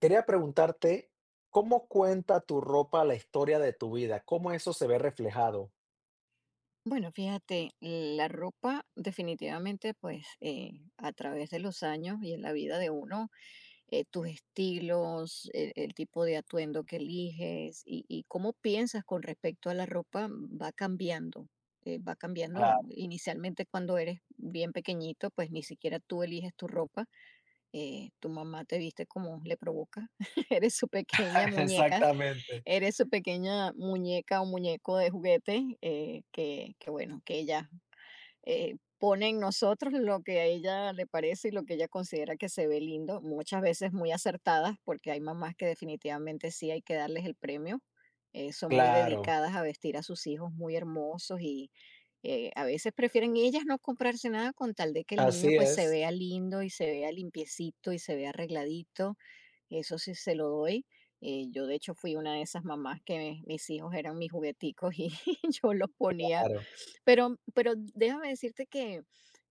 Quería preguntarte, ¿cómo cuenta tu ropa la historia de tu vida? ¿Cómo eso se ve reflejado? Bueno, fíjate, la ropa definitivamente, pues a través de los años y en la vida de uno, tus estilos, el tipo de atuendo que eliges y cómo piensas con respecto a la ropa va cambiando. Va cambiando Claro, inicialmente cuando eres bien pequeñito, pues ni siquiera tú eliges tu ropa. Tu mamá te viste como le provoca. eres su pequeña muñeca exactamente. eres su pequeña muñeca o muñeco de juguete, que, bueno, que ella pone en nosotros lo que a ella le parece y lo que ella considera que se ve lindo, muchas veces muy acertadas, porque hay mamás que definitivamente sí hay que darles el premio. Son muy Claro, dedicadas a vestir a sus hijos muy hermosos y a veces prefieren ellas no comprarse nada con tal de que el niño así pues se es. vea lindo y se vea limpiecito y se vea arregladito. Eso sí se lo doy. Yo de hecho fui una de esas mamás que mis hijos eran mis jugueticos y yo los ponía, Claro. pero, déjame decirte que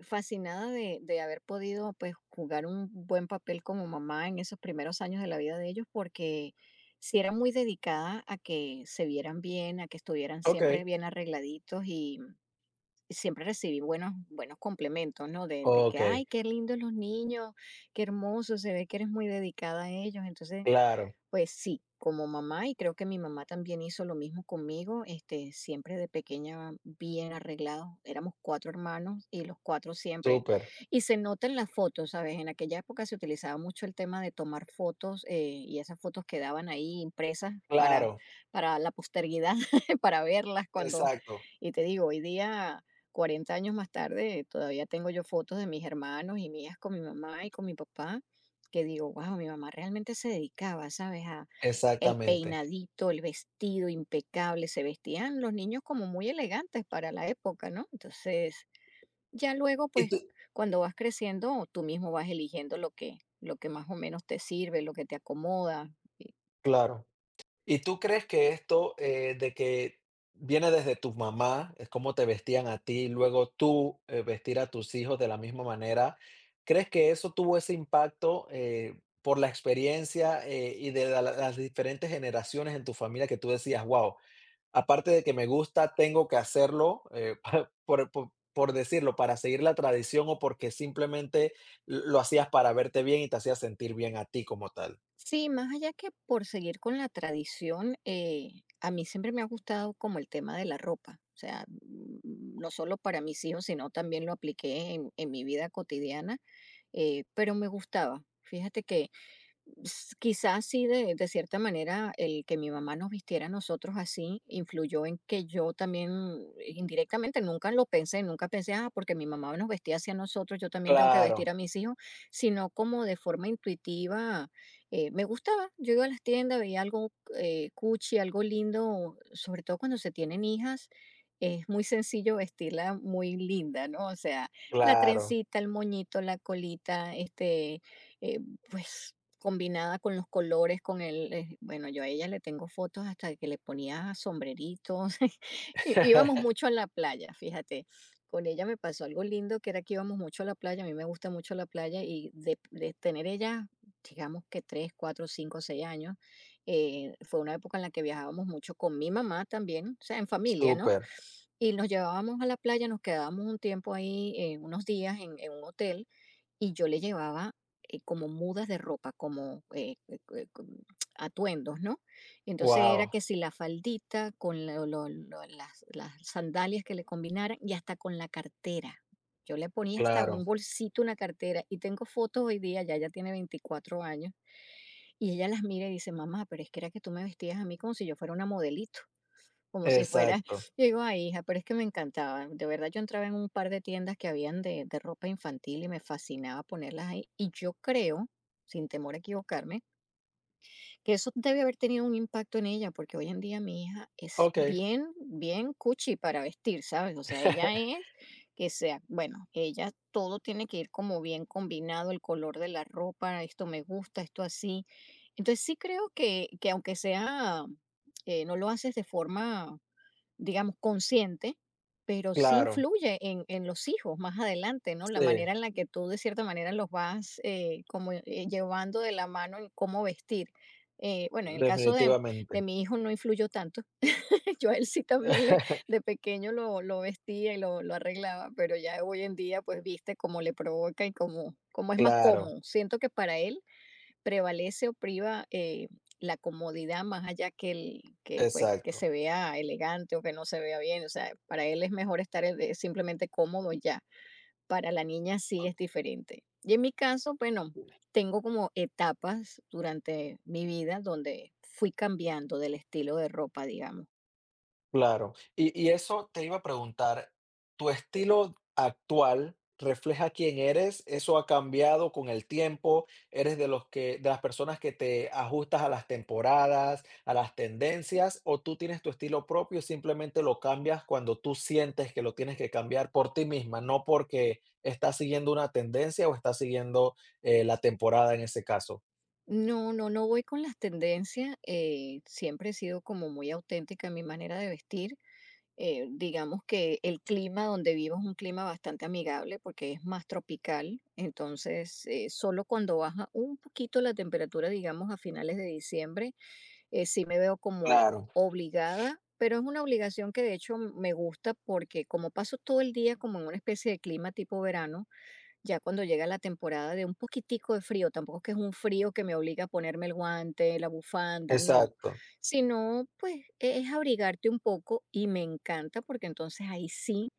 fascinada de haber podido pues jugar un buen papel como mamá en esos primeros años de la vida de ellos, porque sí era muy dedicada a que se vieran bien, a que estuvieran siempre Okey, bien arregladitos y siempre recibí buenos, buenos complementos, ¿no? de que, ay, okey, qué lindos los niños, qué hermosos, se ve que eres muy dedicada a ellos. Entonces claro, pues sí, como mamá, y creo que mi mamá también hizo lo mismo conmigo, siempre de pequeña bien arreglados. Éramos cuatro hermanos y los cuatro siempre. súper, Y se nota en las fotos, ¿sabes? En aquella época se utilizaba mucho el tema de tomar fotos, y esas fotos quedaban ahí impresas para, claro, la posteridad, para verlas cuando, exacto, y te digo, hoy día, 40 años más tarde, todavía tengo yo fotos de mis hermanos y mías con mi mamá y con mi papá, que digo, wow, mi mamá realmente se dedicaba, ¿sabes? A el exactamente. peinadito, el vestido impecable, se vestían los niños como muy elegantes para la época, ¿no? Entonces, ya luego, Y pues, tú cuando vas creciendo, tú mismo vas eligiendo lo que, más o menos te sirve, lo que te acomoda. Y claro. ¿Y tú crees que esto, de que viene desde tu mamá, es cómo te vestían a ti, luego tú, vestir a tus hijos de la misma manera, crees que eso tuvo ese impacto, por la experiencia, y de la las diferentes generaciones en tu familia que tú decías: "Guau, aparte de que me gusta, tengo que hacerlo, pa por po por decirlo, para seguir la tradición o porque simplemente l lo hacías para verte bien y te hacías sentir bien a ti como tal"? sí, más allá que por seguir con la tradición, a mí siempre me ha gustado como el tema de la ropa. O sea, no solo para mis hijos, sino también lo apliqué en mi vida cotidiana. Pero me gustaba. Fíjate que quizás sí, de, cierta manera, el que mi mamá nos vistiera a nosotros así influyó en que yo también indirectamente nunca lo pensé, nunca pensé, ah, porque mi mamá nos vestía así a nosotros, yo también tengo que vestir Claro, a mis hijos, sino como de forma intuitiva. Me gustaba. Yo iba a las tiendas, veía algo, cuchi, algo lindo, sobre todo cuando se tienen hijas. Es muy sencillo vestirla muy linda, ¿no? O sea, la claro. trencita, el moñito, la colita, eh, pues combinada con los colores, con el, bueno, yo a ella le tengo fotos hasta que le ponía sombreritos. Íbamos mucho a la playa, fíjate. Con ella me pasó algo lindo, que era que íbamos mucho a la playa, a mí me gusta mucho la playa y de, tener ella, digamos que 3, 4, 5, 6 años. Fue una época en la que viajábamos mucho con mi mamá también, o sea, en familia, ¿no? Súper, Y nos llevábamos a la playa, nos quedábamos un tiempo ahí, unos días en un hotel y yo le llevaba, como mudas de ropa, como con atuendos, ¿no? Entonces era wow, que si la faldita con las sandalias que le combinaran y hasta con la cartera. Yo le ponía hasta un claro, bolsito, una cartera, y tengo fotos hoy día. Ya ella tiene 24 años, y ella las mira y dice: "Mamá, pero es que era que tú me vestías a mí como si yo fuera una modelito. Como si fuera...". exacto. Yo digo: "Ay, hija", pero es que me encantaba. De verdad, yo entraba en un par de tiendas que habían de ropa infantil y me fascinaba ponerlas ahí. Y yo creo, sin temor a equivocarme, que eso debe haber tenido un impacto en ella, porque hoy en día mi hija es Okey, bien, bien cuchi para vestir, ¿sabes? O sea, ella es, que sea, bueno, ella todo tiene que ir como bien combinado, el color de la ropa, esto me gusta, esto así. Entonces, sí creo que aunque sea, no lo haces de forma, digamos, consciente, pero sí claro, influye en, los hijos más adelante, ¿no? La sí, manera en la que tú de cierta manera los vas, como, llevando de la mano en cómo vestir. Bueno, en el caso de, definitivamente. mi hijo no influyó tanto. Yo a él sí también le, de pequeño lo, vestía y lo, arreglaba, pero ya hoy en día pues viste cómo le provoca y cómo, es más Claro, cómodo. Siento que para él prevalece o priva, la comodidad, más allá que el que pues que exacto. se vea elegante o que no se vea bien. O sea, para él es mejor estar, simplemente cómodo y ya. Para la niña sí es diferente. Y en mi caso, bueno, tengo como etapas durante mi vida donde fui cambiando del estilo de ropa, digamos. Claro. Y eso te iba a preguntar, ¿tu estilo actual refleja quién eres? ¿Eso ha cambiado con el tiempo? ¿Eres de los que de las personas que te ajustas a las temporadas, a las tendencias, o tú tienes tu estilo propio y simplemente lo cambias cuando tú sientes que lo tienes que cambiar por ti misma, no porque estás siguiendo una tendencia o estás siguiendo, la temporada en ese caso? No, no, no voy con las tendencias. Siempre he sido como muy auténtica en mi manera de vestir. Digamos que el clima donde vivo es un clima bastante amigable porque es más tropical. Entonces solo cuando baja un poquito la temperatura, digamos a finales de diciembre, sí me veo como Claro, obligada, pero es una obligación que de hecho me gusta, porque como paso todo el día como en una especie de clima tipo verano, ya cuando llega la temporada de un poquitico de frío, tampoco es que es un frío que me obliga a ponerme el guante, la bufanda, no, exacto, sino pues es abrigarte un poco, y me encanta porque entonces ahí sí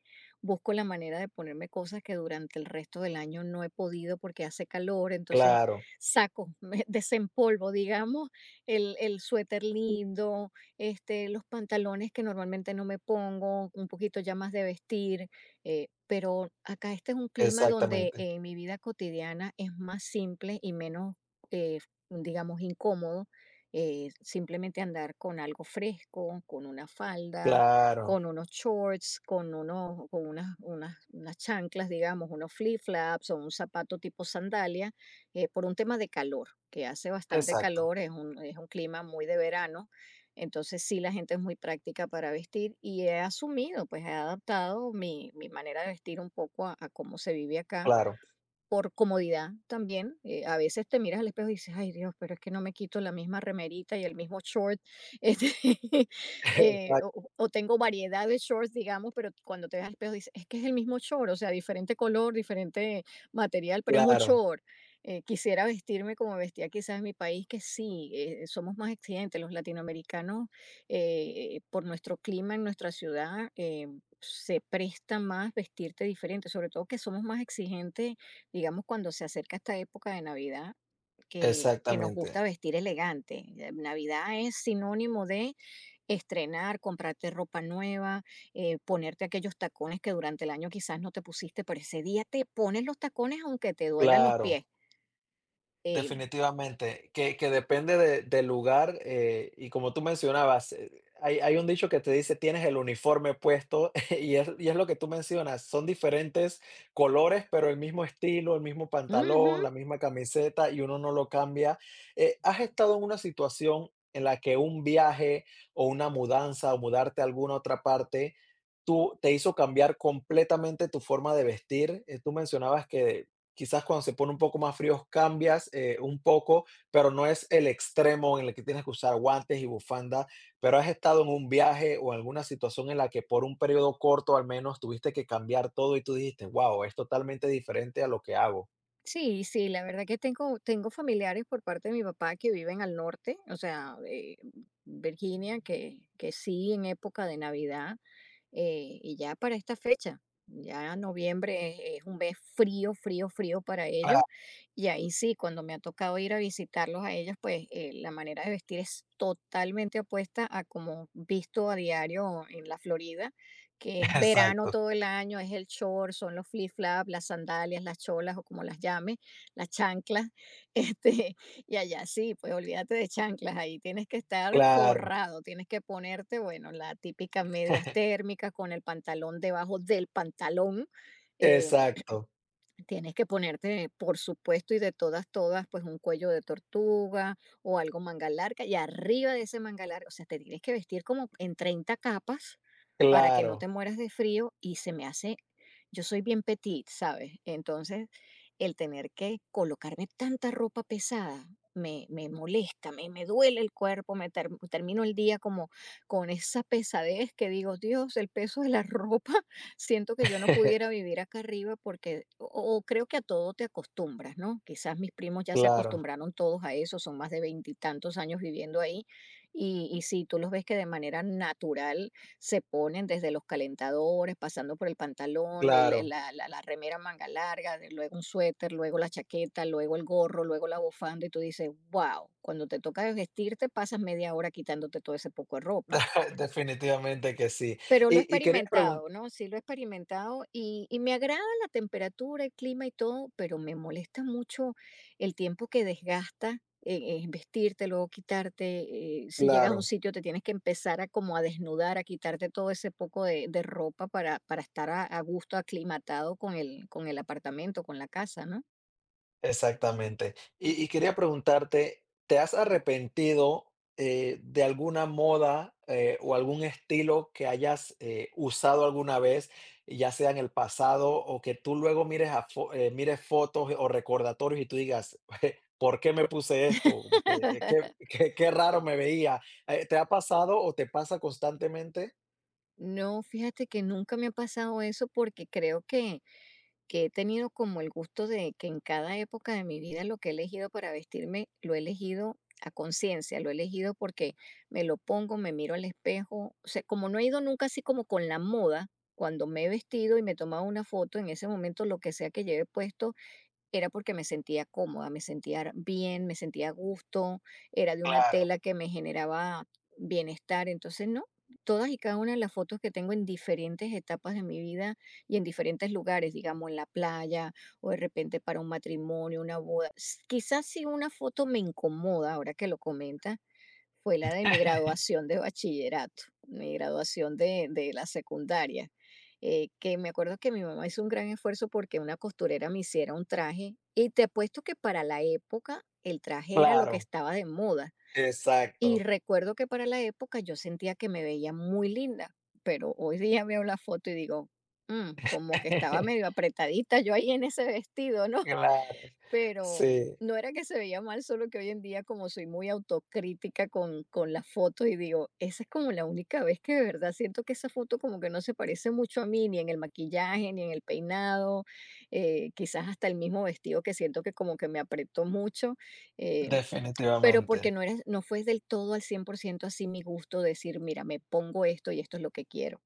busco la manera de ponerme cosas que durante el resto del año no he podido porque hace calor. Entonces claro, saco, me desempolvo, digamos, el, suéter lindo, los pantalones que normalmente no me pongo, un poquito ya más de vestir. Pero acá este es un clima donde, exactamente, mi vida cotidiana es más simple y menos, eh, digamos, incómodo. Simplemente andar con algo fresco, con una falda, claro, con unos shorts, con unas chanclas, digamos, unos flip-flops o un zapato tipo sandalia, por un tema de calor, que hace bastante exacto. calor. Es un, clima muy de verano, entonces sí, la gente es muy práctica para vestir, y he asumido, pues he adaptado mi, manera de vestir un poco a, cómo se vive acá, Claro, por comodidad también. A veces te miras al espejo y dices: "Ay, Dios, pero es que no me quito la misma remerita y el mismo short". este, exac o tengo variedad de shorts, digamos, pero cuando te ves al espejo dices: "Es que es el mismo short". O sea, diferente color, diferente material, pero es un claro, short. Quisiera vestirme como vestía quizás en mi país, que sí, somos más exigentes los latinoamericanos. Por nuestro clima, en nuestra ciudad, se presta más vestirte diferente, sobre todo que somos más exigentes, digamos, cuando se acerca esta época de Navidad, que nos gusta exactamente, vestir elegante. Navidad es sinónimo de estrenar, comprarte ropa nueva, ponerte aquellos tacones que durante el año quizás no te pusiste, pero ese día te pones los tacones aunque te duelan los claro. pies. Eh, Definitivamente, que depende de del lugar, y como tú mencionabas, hay hay un dicho que te dice: "Tienes el uniforme puesto", y es lo que tú mencionas, son diferentes colores, pero el mismo estilo, el mismo pantalón, Ujú. la misma camiseta, y uno no lo cambia. ¿Has estado en una situación en la que un viaje o una mudanza o mudarte a alguna otra parte, tú te hizo cambiar completamente tu forma de vestir? Tú mencionabas que quizás cuando se pone un poco más fríos cambias, un poco, pero no es el extremo en el que tienes que usar guantes y bufanda. Pero, ¿has estado en un viaje o en alguna situación en la que por un periodo corto, al menos, tuviste que cambiar todo y tú dijiste: "Guau, es totalmente diferente a lo que hago"? Sí, sí, la verdad que tengo, familiares por parte de mi papá que viven al norte, o sea, Virginia, que, sí en época de Navidad, y ya para esta fecha, ya noviembre es, un mes frío, frío, frío para Claro, ellos. Y ahí sí, cuando me ha tocado ir a visitarlos a ellos, pues la manera de vestir es totalmente opuesta a como visto a diario en la Florida, que es verano exacto. todo el año, es el short, son los flip-flops, las sandalias, las cholas o como las llame, las chanclas. Este, y allá sí, pues olvídate de chanclas. Ahí tienes que estar Claro, forrado. Tienes que ponerte, bueno, la típica medias térmicas con el pantalón debajo del pantalón. eh, exacto, Tienes que ponerte, por supuesto, y de todas, todas, pues un cuello de tortuga o algo manga larga. Y arriba de ese manga larga, o sea, te tienes que vestir como en 30 capas para que no te claro, mueras de frío. Y se me hace, yo soy bien petit, ¿sabes? Entonces, el tener que colocarme tanta ropa pesada me molesta, me duele el cuerpo, termino el día como con esa pesadez que digo, Dios, el peso de la ropa. Siento que yo no pudiera vivir acá arriba porque, o creo que a todo te acostumbras, ¿no? Quizás mis primos ya se claro, acostumbraron todos a eso, son más de 20 y tantos años viviendo ahí y sí, tú los ves que de manera natural se ponen desde los calentadores, pasando por el pantalón, claro. La remera manga larga, luego un suéter, luego la chaqueta, luego el gorro, luego la bufanda y tú dices, wow, cuando te toca vestirte pasas media hora quitándote todo ese poco de ropa. Definitivamente que sí. Pero lo he Y quería preguntar. experimentado, ¿no? Sí, lo he experimentado y me agrada la temperatura, el clima y todo, pero me molesta mucho el tiempo que desgasta en vestirte, luego quitarte. Si llegas a un Claro. sitio, te tienes que empezar a como a desnudar, a quitarte todo ese poco de ropa para estar a gusto, aclimatado con el apartamento, con la casa, ¿no? Exactamente. Y quería preguntarte, ¿te has arrepentido, de alguna moda, o algún estilo que hayas, usado alguna vez, ya sea en el pasado o que tú luego mires a fo mires fotos o recordatorios y tú digas: "¿Por qué me puse esto?". Como que, qué qué qué raro me veía, ¿te ha pasado o te pasa constantemente? No, fíjate que nunca me ha pasado eso porque creo que he tenido como el gusto de que en cada época de mi vida lo que he elegido para vestirme, lo he elegido a conciencia, lo he elegido porque me lo pongo, me miro al espejo, o sea, como no he ido nunca así como con la moda, cuando me he vestido y me he tomado una foto, en ese momento lo que sea que lleve puesto era porque me sentía cómoda, me sentía bien, me sentía a gusto, era de una Claro. tela que me generaba bienestar. Entonces, no, todas y cada una de las fotos que tengo en diferentes etapas de mi vida y en diferentes lugares, digamos en la playa o de repente para un matrimonio, una boda. Quizás si una foto me incomoda, ahora que lo comenta, fue la de mi graduación de bachillerato, mi graduación de la secundaria, que me acuerdo que mi mamá hizo un gran esfuerzo porque una costurera me hiciera un traje y te apuesto que para la época el traje era lo que Claro, estaba de moda. Y exacto. recuerdo que para la época yo sentía que me veía muy linda, pero hoy día veo la foto y digo, "Mm, como que estaba medio apretadita yo ahí en ese vestido, ¿no?" Claro, Pero sí, no era que se veía mal, solo que hoy en día, como soy muy autocrítica con las fotos y digo, esa es como la única vez que de verdad siento que esa foto como que no se parece mucho a mí, ni en el maquillaje, ni en el peinado, quizás hasta el mismo vestido que siento que como que me apretó mucho. eh, pero porque definitivamente. no, era, no fue del todo al 100% así mi gusto decir, mira, me pongo esto y esto es lo que quiero.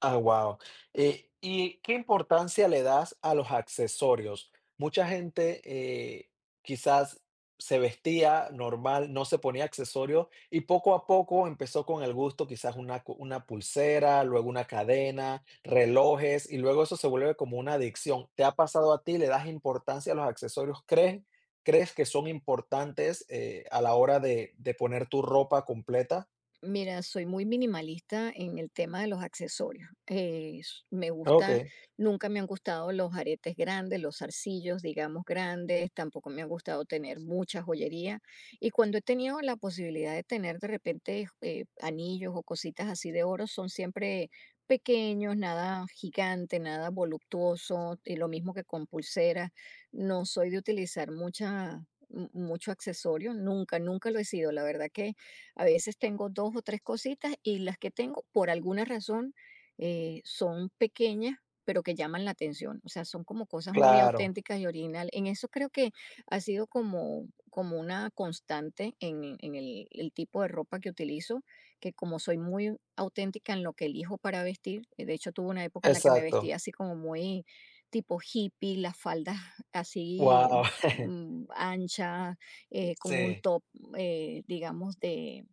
Ah, wow. ¿Y qué importancia le das a los accesorios? Mucha gente eh, quizás se vestía normal, no se ponía accesorios y poco a poco empezó con el gusto, quizás una, una pulsera, luego una cadena, relojes y luego eso se vuelve como una adicción. ¿Te ha pasado a ti? ¿Le das importancia a los accesorios? ¿Crees que son importantes a la hora de poner tu ropa completa? Mira, soy muy minimalista en el tema de los accesorios. Me Ok, gusta, nunca me han gustado los aretes grandes, los zarcillos, digamos, grandes, tampoco me ha gustado tener mucha joyería. Y cuando he tenido la posibilidad de tener de repente anillos o cositas así de oro, son siempre pequeños, nada gigante, nada voluptuoso, y lo mismo que con pulseras. No soy de utilizar mucho accesorio, nunca, nunca lo he sido. La verdad que a veces tengo 2 o 3 cositas, y las que tengo, por alguna razón, son pequeñas, pero que llaman la atención. O sea, son como cosas muy claro, auténticas y originales. En eso creo que ha sido como una constante en el tipo de ropa que utilizo, que como soy muy auténtica en lo que elijo para vestir, de hecho, tuve una época en la que me exacto. vestía así como muy tipo hippie, las faldas así, Wow. Anchas, con un Sí, top, digamos, de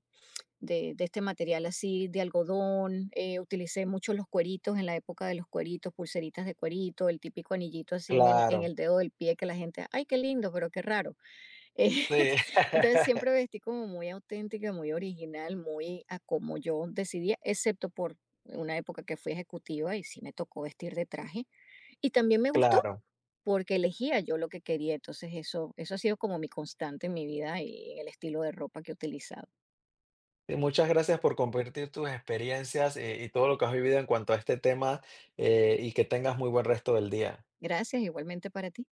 de, de este material así, de algodón. Utilicé mucho los cueritos en la época de los cueritos, pulseritas de cuerito, el típico anillito así en claro, el dedo del pie que la gente, ay, qué lindo, pero qué raro. Eh, sí, entonces siempre vestí como muy auténtica, muy original, muy a como yo decidía, excepto por una época que fui ejecutiva y sí me tocó vestir de traje. Y también me gustó claro. porque elegía yo lo que quería. Entonces eso ha sido como mi constante en mi vida y en el estilo de ropa que he utilizado. Y muchas gracias por compartir tus experiencias, y todo lo que has vivido en cuanto a este tema, y que tengas muy buen resto del día. Gracias, igualmente para ti.